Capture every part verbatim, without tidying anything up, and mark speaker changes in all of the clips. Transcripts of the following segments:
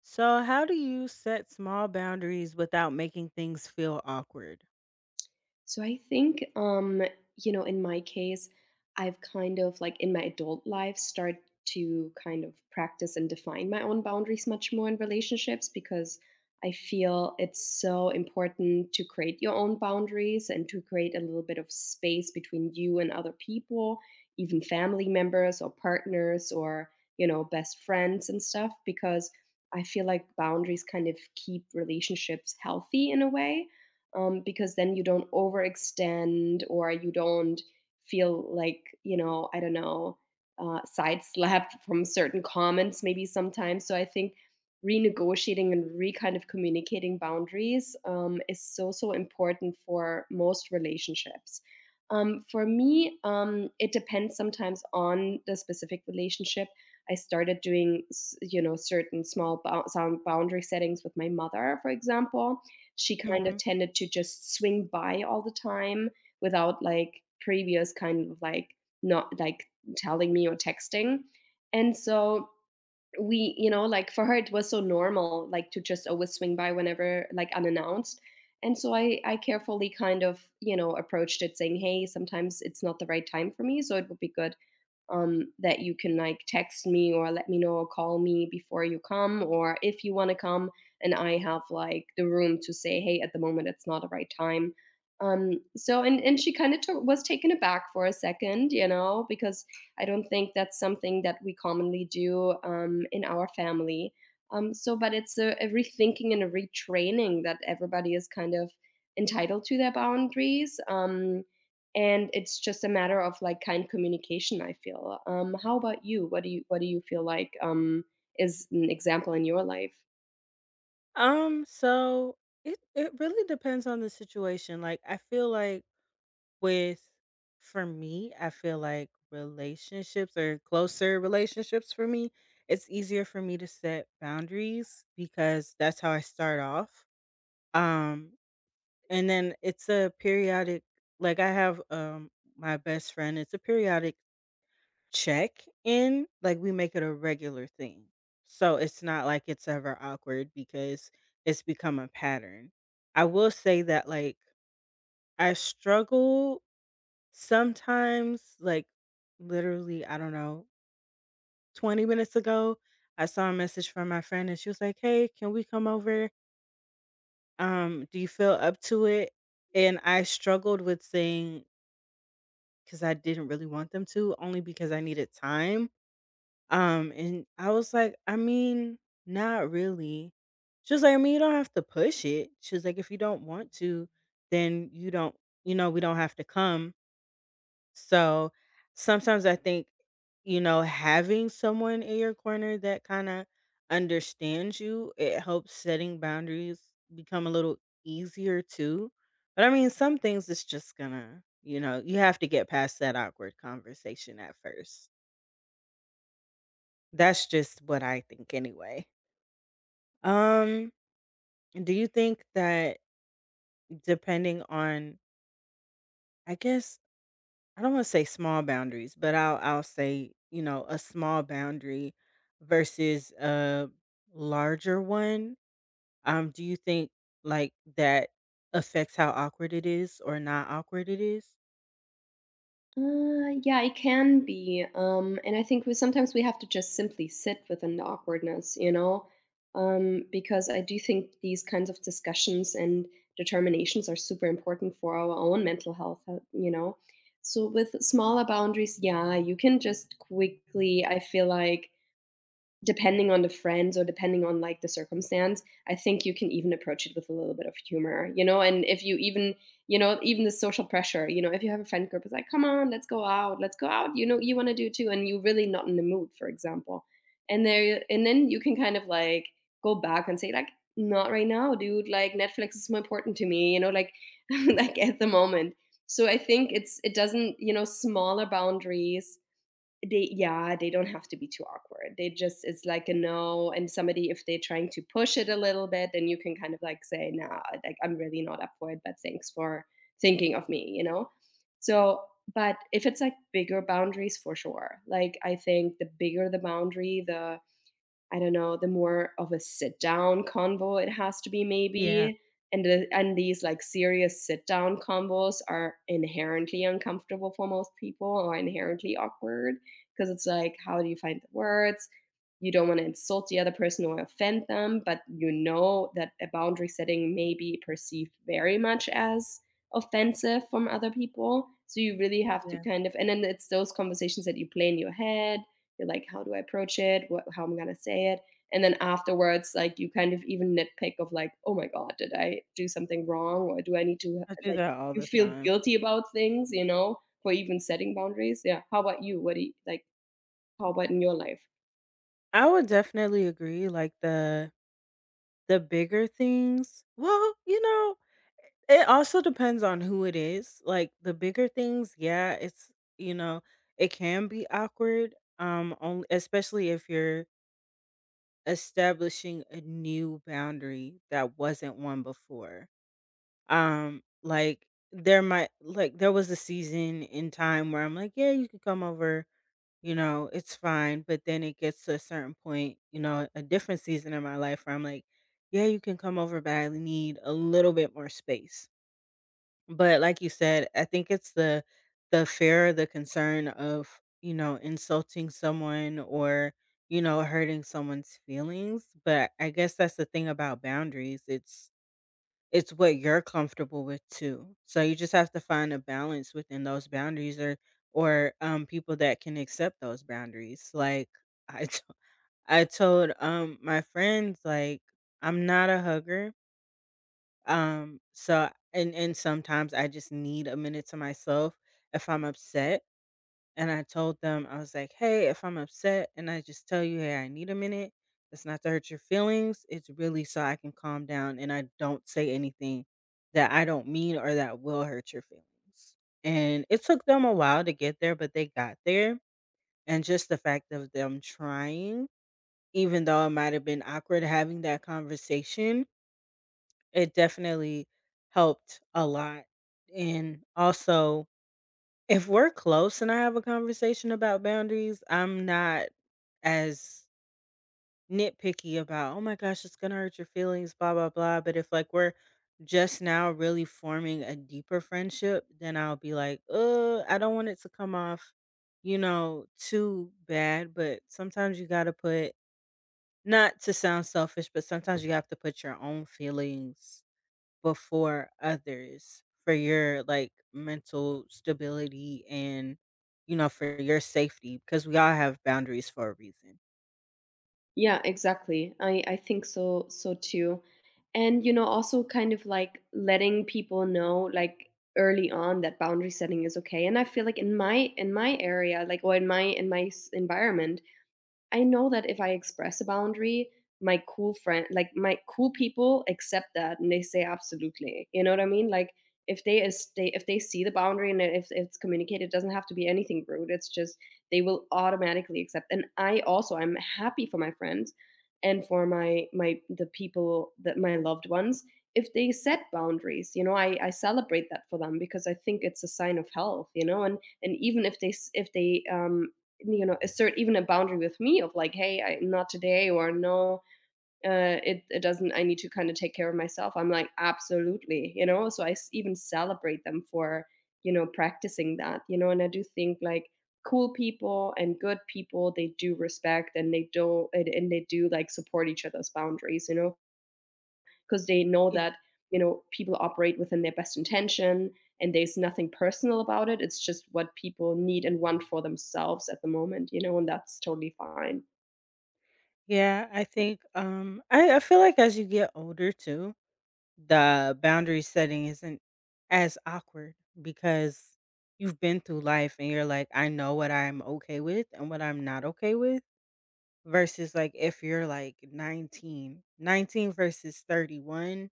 Speaker 1: So, how do you set small boundaries without making things feel awkward?
Speaker 2: So I think, um, you know, in my case, I've kind of like in my adult life start to kind of practice and define my own boundaries much more in relationships because I feel it's so important to create your own boundaries and to create a little bit of space between you and other people, even family members or partners or, you know, best friends and stuff because I feel like boundaries kind of keep relationships healthy in a way, um, because then you don't overextend or you don't feel like, you know, I don't know, uh, side slapped from certain comments maybe sometimes. So I think renegotiating and re kind of communicating boundaries um, is so so important for most relationships. Um, for me, um, it depends sometimes on the specific relationship. I started doing s- you know, certain small bou- sound boundary settings with my mother, for example. She kind of
Speaker 1: Hmm.
Speaker 2: tended to just swing by all the time without like previous kind of like, not like telling me or texting. And so we, you know, like for her it was so normal, like to just always swing by whenever, like unannounced. And so I I carefully kind of, you know, approached it saying, "Hey, sometimes it's not the right time for me, so it would be good, um, that you can like text me or let me know or call me before you come, or if you want to come and I have like the room to say, hey, at the moment it's not the right time." Um so and and she kind of took, was taken aback for a second, you know, because I don't think that's something that we commonly do, um in our family. Um so but it's a, a rethinking and a retraining that everybody is kind of entitled to their boundaries, um and it's just a matter of like kind communication, I feel. Um how about you? What do you, what do you feel like, um is an example in your life?
Speaker 1: Um, so it it really depends on the situation. Like, I feel like with for me, I feel like relationships, or closer relationships for me, it's easier for me to set boundaries because that's how I start off. Um, and then it's a periodic, like, I have um my best friend, it's a periodic check in, like, we make it a regular thing. So it's not like it's ever awkward because it's become a pattern. I will say that, like, I struggle sometimes, like, literally, I don't know, twenty minutes ago, I saw a message from my friend and she was like, "Hey, can we come over? Um, do you feel up to it?" And I struggled with saying, because I didn't really want them to, only because I needed time. Um, and I was like, "I mean, not really." She was like, "I mean, you don't have to push it." She was like, "If you don't want to, then you don't, you know, we don't have to come." So sometimes I think, you know, having someone in your corner that kind of understands you, it helps setting boundaries become a little easier too. But I mean, some things, it's just gonna, you know, you have to get past that awkward conversation at first. That's just what I think anyway. Um, do you think that, depending on, I guess, I don't want to say small boundaries, but I'll I'll say, you know, a small boundary versus a larger one? Um, do you think like that affects how awkward it is or not awkward it is?
Speaker 2: Uh yeah, it can be, um and I think we sometimes, we have to just simply sit within the awkwardness, you know, um because I do think these kinds of discussions and determinations are super important for our own mental health, uh, you know. So with smaller boundaries, yeah, you can just quickly, I feel like depending on the friends or depending on like the circumstance, I think you can even approach it with a little bit of humor, you know. And if you even, you know, even the social pressure, you know, if you have a friend group, it's like, come on, let's go out, let's go out, you know, you want to do too and you're really not in the mood, for example. And there, and then you can kind of like go back and say like, not right now, dude, like Netflix is more important to me, you know, like like at the moment. So I think it's, it doesn't, you know, smaller boundaries, they, yeah, they don't have to be too awkward. They just, it's like a no, and somebody, if they're trying to push it a little bit, then you can kind of like say, "Nah, like I'm really not up for it, but thanks for thinking of me," you know? So, but if it's like bigger boundaries, for sure. Like I think the bigger the boundary, the, I don't know, the more of a sit down convo it has to be
Speaker 1: Yeah,
Speaker 2: maybe. And the, and these like serious sit down convos are inherently uncomfortable for most people, or inherently awkward, because it's like, how do you find the words? You don't want to insult the other person or offend them, but you know that a boundary setting may be perceived very much as offensive from other people. So you really have to
Speaker 1: yeah.
Speaker 2: kind of, and then it's those conversations that you play in your head, you're like, how do I approach it? What, how am I gonna say it? And then afterwards, like you kind of even nitpick of like, oh my god, did I do something wrong, or do I need to uh,
Speaker 1: I do
Speaker 2: like,
Speaker 1: that all
Speaker 2: you
Speaker 1: the
Speaker 2: feel
Speaker 1: time.
Speaker 2: guilty about things, you know, for even setting boundaries? Yeah. How about you? What do you like? How about in your life?
Speaker 1: I would definitely agree, like, the the bigger things, well, you know, it also depends on who it is. Like, the bigger things, yeah, it's, you know, it can be awkward. Um, only, especially if you're establishing a new boundary that wasn't one before. Um, like, there might, like, there was a season in time where I'm like, yeah, you can come over, you know, it's fine. But then it gets to a certain point, you know, a different season in my life where I'm like, yeah, you can come over, but I need a little bit more space. But, like you said, I think it's the the fear, the concern of, you know, insulting someone, or, you know, hurting someone's feelings, but I guess that's the thing about boundaries, it's it's what you're comfortable with too. So you just have to find a balance within those boundaries, or or, um, people that can accept those boundaries. Like, I t- I told, um, my friends, like, "I'm not a hugger." Um, so and and sometimes I just need a minute to myself if I'm upset. And I told them, I was like, "Hey, if I'm upset and I just tell you, hey, I need a minute, it's not to hurt your feelings. It's really so I can calm down and I don't say anything that I don't mean or that will hurt your feelings." And it took them a while to get there, but they got there. And just the fact of them trying, even though it might have been awkward having that conversation, it definitely helped a lot, and also, if we're close and I have a conversation about boundaries, I'm not as nitpicky about, "Oh my gosh, it's gonna hurt your feelings, blah, blah, blah," but if, like, we're just now really forming a deeper friendship, then I'll be like, "Uh, I don't want it to come off, you know, too bad," but sometimes you gotta put, not to sound selfish, but sometimes you have to put your own feelings before others for your, like, mental stability, and, you know, for your safety, because we all have boundaries for a reason.
Speaker 2: Yeah, exactly. I I think so, so too. And you know, also kind of like letting people know, like early on, that boundary setting is okay. And I feel like in my, in my area, like or in my, in my s- environment, I know that if I express a boundary, my cool friend, like my cool people accept that and they say absolutely. You know what I mean? Like if they is, they if they see the boundary and if it's communicated, it doesn't have to be anything rude. It's just they will automatically accept. And I also, I'm happy for my friends and for my, my the people that, my loved ones, if they set boundaries, you know, I, I celebrate that for them, because I think it's a sign of health, you know. and and even if they s- if they um you know, assert even a boundary with me of like, hey, I, not today, or no, uh, it, it doesn't, I need to kind of take care of myself, I'm like absolutely, you know. So I s- even celebrate them for, you know, practicing that, you know. And I do think like cool people and good people, they do respect, and they do, and, and they do like support each other's boundaries, you know, because they know
Speaker 1: Yeah,
Speaker 2: that, you know, people operate within their best intention, and there's nothing personal about it, it's just what people need and want for themselves at the moment, you know, and that's totally fine.
Speaker 1: yeah, I think um I, I feel like as you get older too, the boundary setting isn't as awkward because you've been through life and you're like, I know what I'm okay with and what I'm not okay with versus, like, if you're like nineteen, nineteen versus thirty-one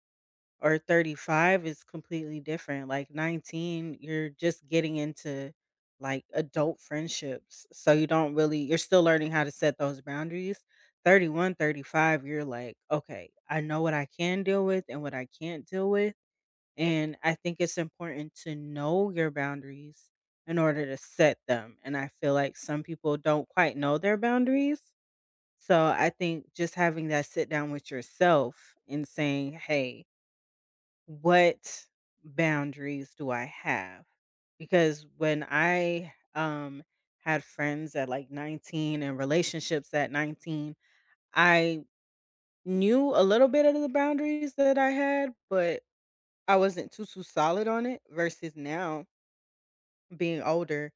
Speaker 1: or thirty-five is completely different. Like, nineteen, you're just getting into, like, adult friendships. So you don't really you're still learning how to set those boundaries. Thirty, you're like, okay, I know what I can deal with and what I can't deal with. And I think it's important to know your boundaries in order to set them. And I feel like some people don't quite know their boundaries. So I think just having that sit down with yourself and saying, hey, what boundaries do I have? Because when I um had friends at, like, nineteen and relationships at nineteen, I knew a little bit of the boundaries that I had, but I wasn't too too solid on it versus now, being older,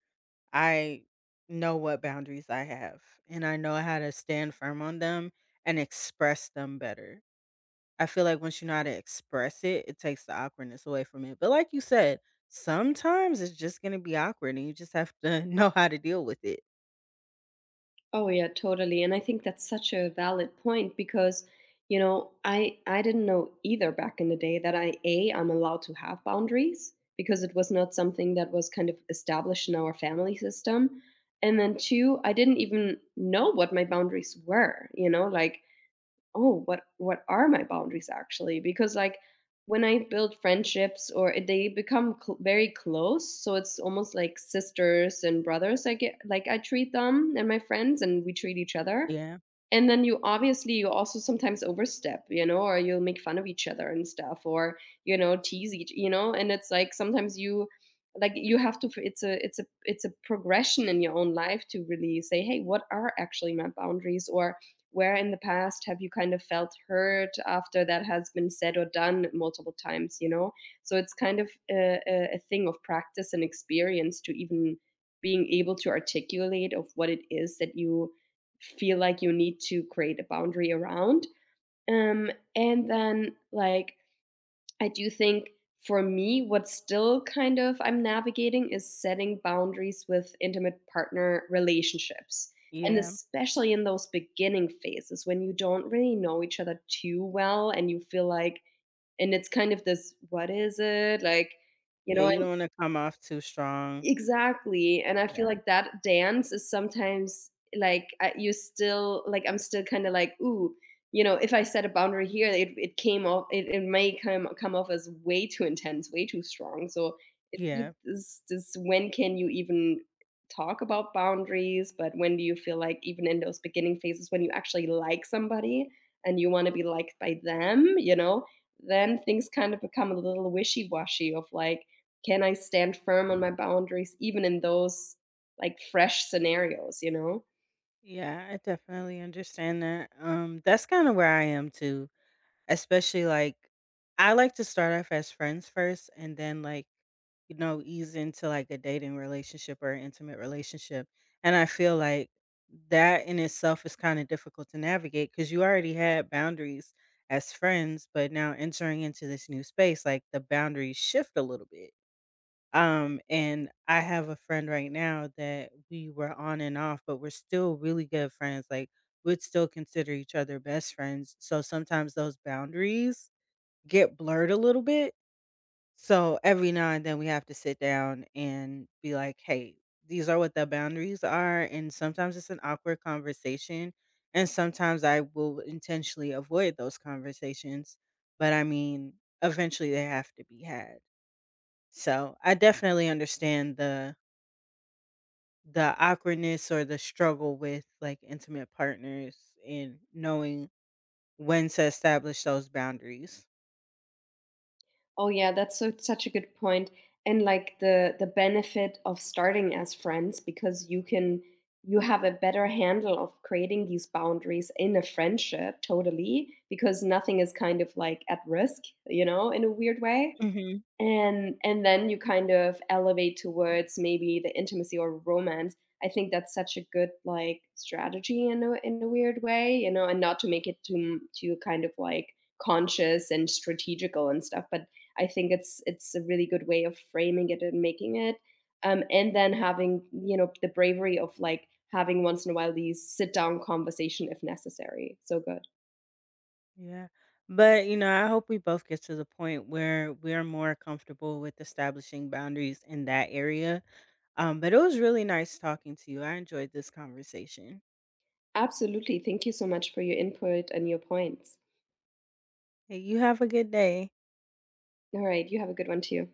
Speaker 1: I know what boundaries I have and I know how to stand firm on them and express them better. I feel like once you know how to express it, it takes the awkwardness away from it. But like you said, sometimes it's just gonna be awkward and you just have to know how to deal with it.
Speaker 2: Oh yeah, totally. And I think that's such a valid point because, you know, I I didn't know either back in the day that I, a, I'm allowed to have boundaries because it was not something that was kind of established in our family system. And then two, I didn't even know what my boundaries were, you know, like, oh, what what are my boundaries actually? Because like, when I build friendships, or it- they become cl- very close, so it's almost like sisters and brothers, I get like, I treat them and my friends, and we treat each other.
Speaker 1: Yeah.
Speaker 2: And then you obviously, you also sometimes overstep, you know, or you'll make fun of each other and stuff, or you know, tease each, you know. And it's like sometimes you, like you have to, it's a it's a it's a progression in your own life to really say, hey, what are actually my boundaries, or where in the past have you kind of felt hurt after that has been said or done multiple times, you know? So it's kind of a, a, a thing of practice and experience to even being able to articulate of what it is that you feel like you need to create a boundary around. Um, and then, like, I do think for me, what's still kind of, I'm navigating, is setting boundaries with intimate partner relationships. And
Speaker 1: Yeah.
Speaker 2: especially in those beginning phases when you don't really know each other too well and you feel like, and it's kind of this, what is it? Like, you
Speaker 1: Yeah.
Speaker 2: know,
Speaker 1: You don't wanna come off too strong.
Speaker 2: exactly, and I feel
Speaker 1: Yeah.
Speaker 2: like that dance is sometimes, like, I you still like, I'm still kinda like, "Ooh," you know, "if I set a boundary here, it it came off, it it may come come off as way too intense, way too strong," so it's like
Speaker 1: Yeah.
Speaker 2: this this when can you even talk about boundaries, but when do you feel like, even in those beginning phases, when you actually like somebody and you wanna be liked by them, you know, then things kind of become a little wishy-washy of, like, can I stand firm on my boundaries even in those like fresh scenarios, you know?
Speaker 1: Yeah. I definitely understand that. Um, that's kind of where I am too. Especially, like, I like to start off as friends first and then, like, you know, ease into, like, a dating relationship or an intimate relationship, and I feel like that in itself is kinda difficult to navigate because you already had boundaries as friends, but now, entering into this new space, like, the boundaries shift a little bit. Um, and I have a friend right now that we were on and off, but we're still really good friends. Like, we'd still consider each other best friends. So sometimes those boundaries get blurred a little bit. So every now and then we have to sit down and be like, hey, these are what the boundaries are. And sometimes it's an awkward conversation. And sometimes I will intentionally avoid those conversations. But I mean, eventually they have to be had. So, I definitely understand the the awkwardness or the struggle with, like, intimate partners and knowing when to establish those boundaries.
Speaker 2: Oh yeah, that's so, such a good point. And like the the benefit of starting as friends, because you can, you have a better handle of creating these boundaries in a friendship, totally, because nothing is kind of like at risk, you know, in a weird way.
Speaker 1: Mhm.
Speaker 2: And and then you kind of elevate towards maybe the intimacy or romance. I think that's such a good, like, strategy in a, in a weird way, you know, and not to make it too, too kind of, like, conscious and strategical and stuff, but I think it's it's a really good way of framing it and making it. Um, and then having, you know, the bravery of, like, having once in a while these sit-down conversation if necessary. So good.
Speaker 1: Yeah. But, you know, I hope we both get to the point where we're more comfortable with establishing boundaries in that area. Um, but it was really nice talking to you. I enjoyed this conversation.
Speaker 2: Absolutely. Thank you so much for your input and your points.
Speaker 1: Hey, you have a good day.
Speaker 2: Alright, you have a good one too.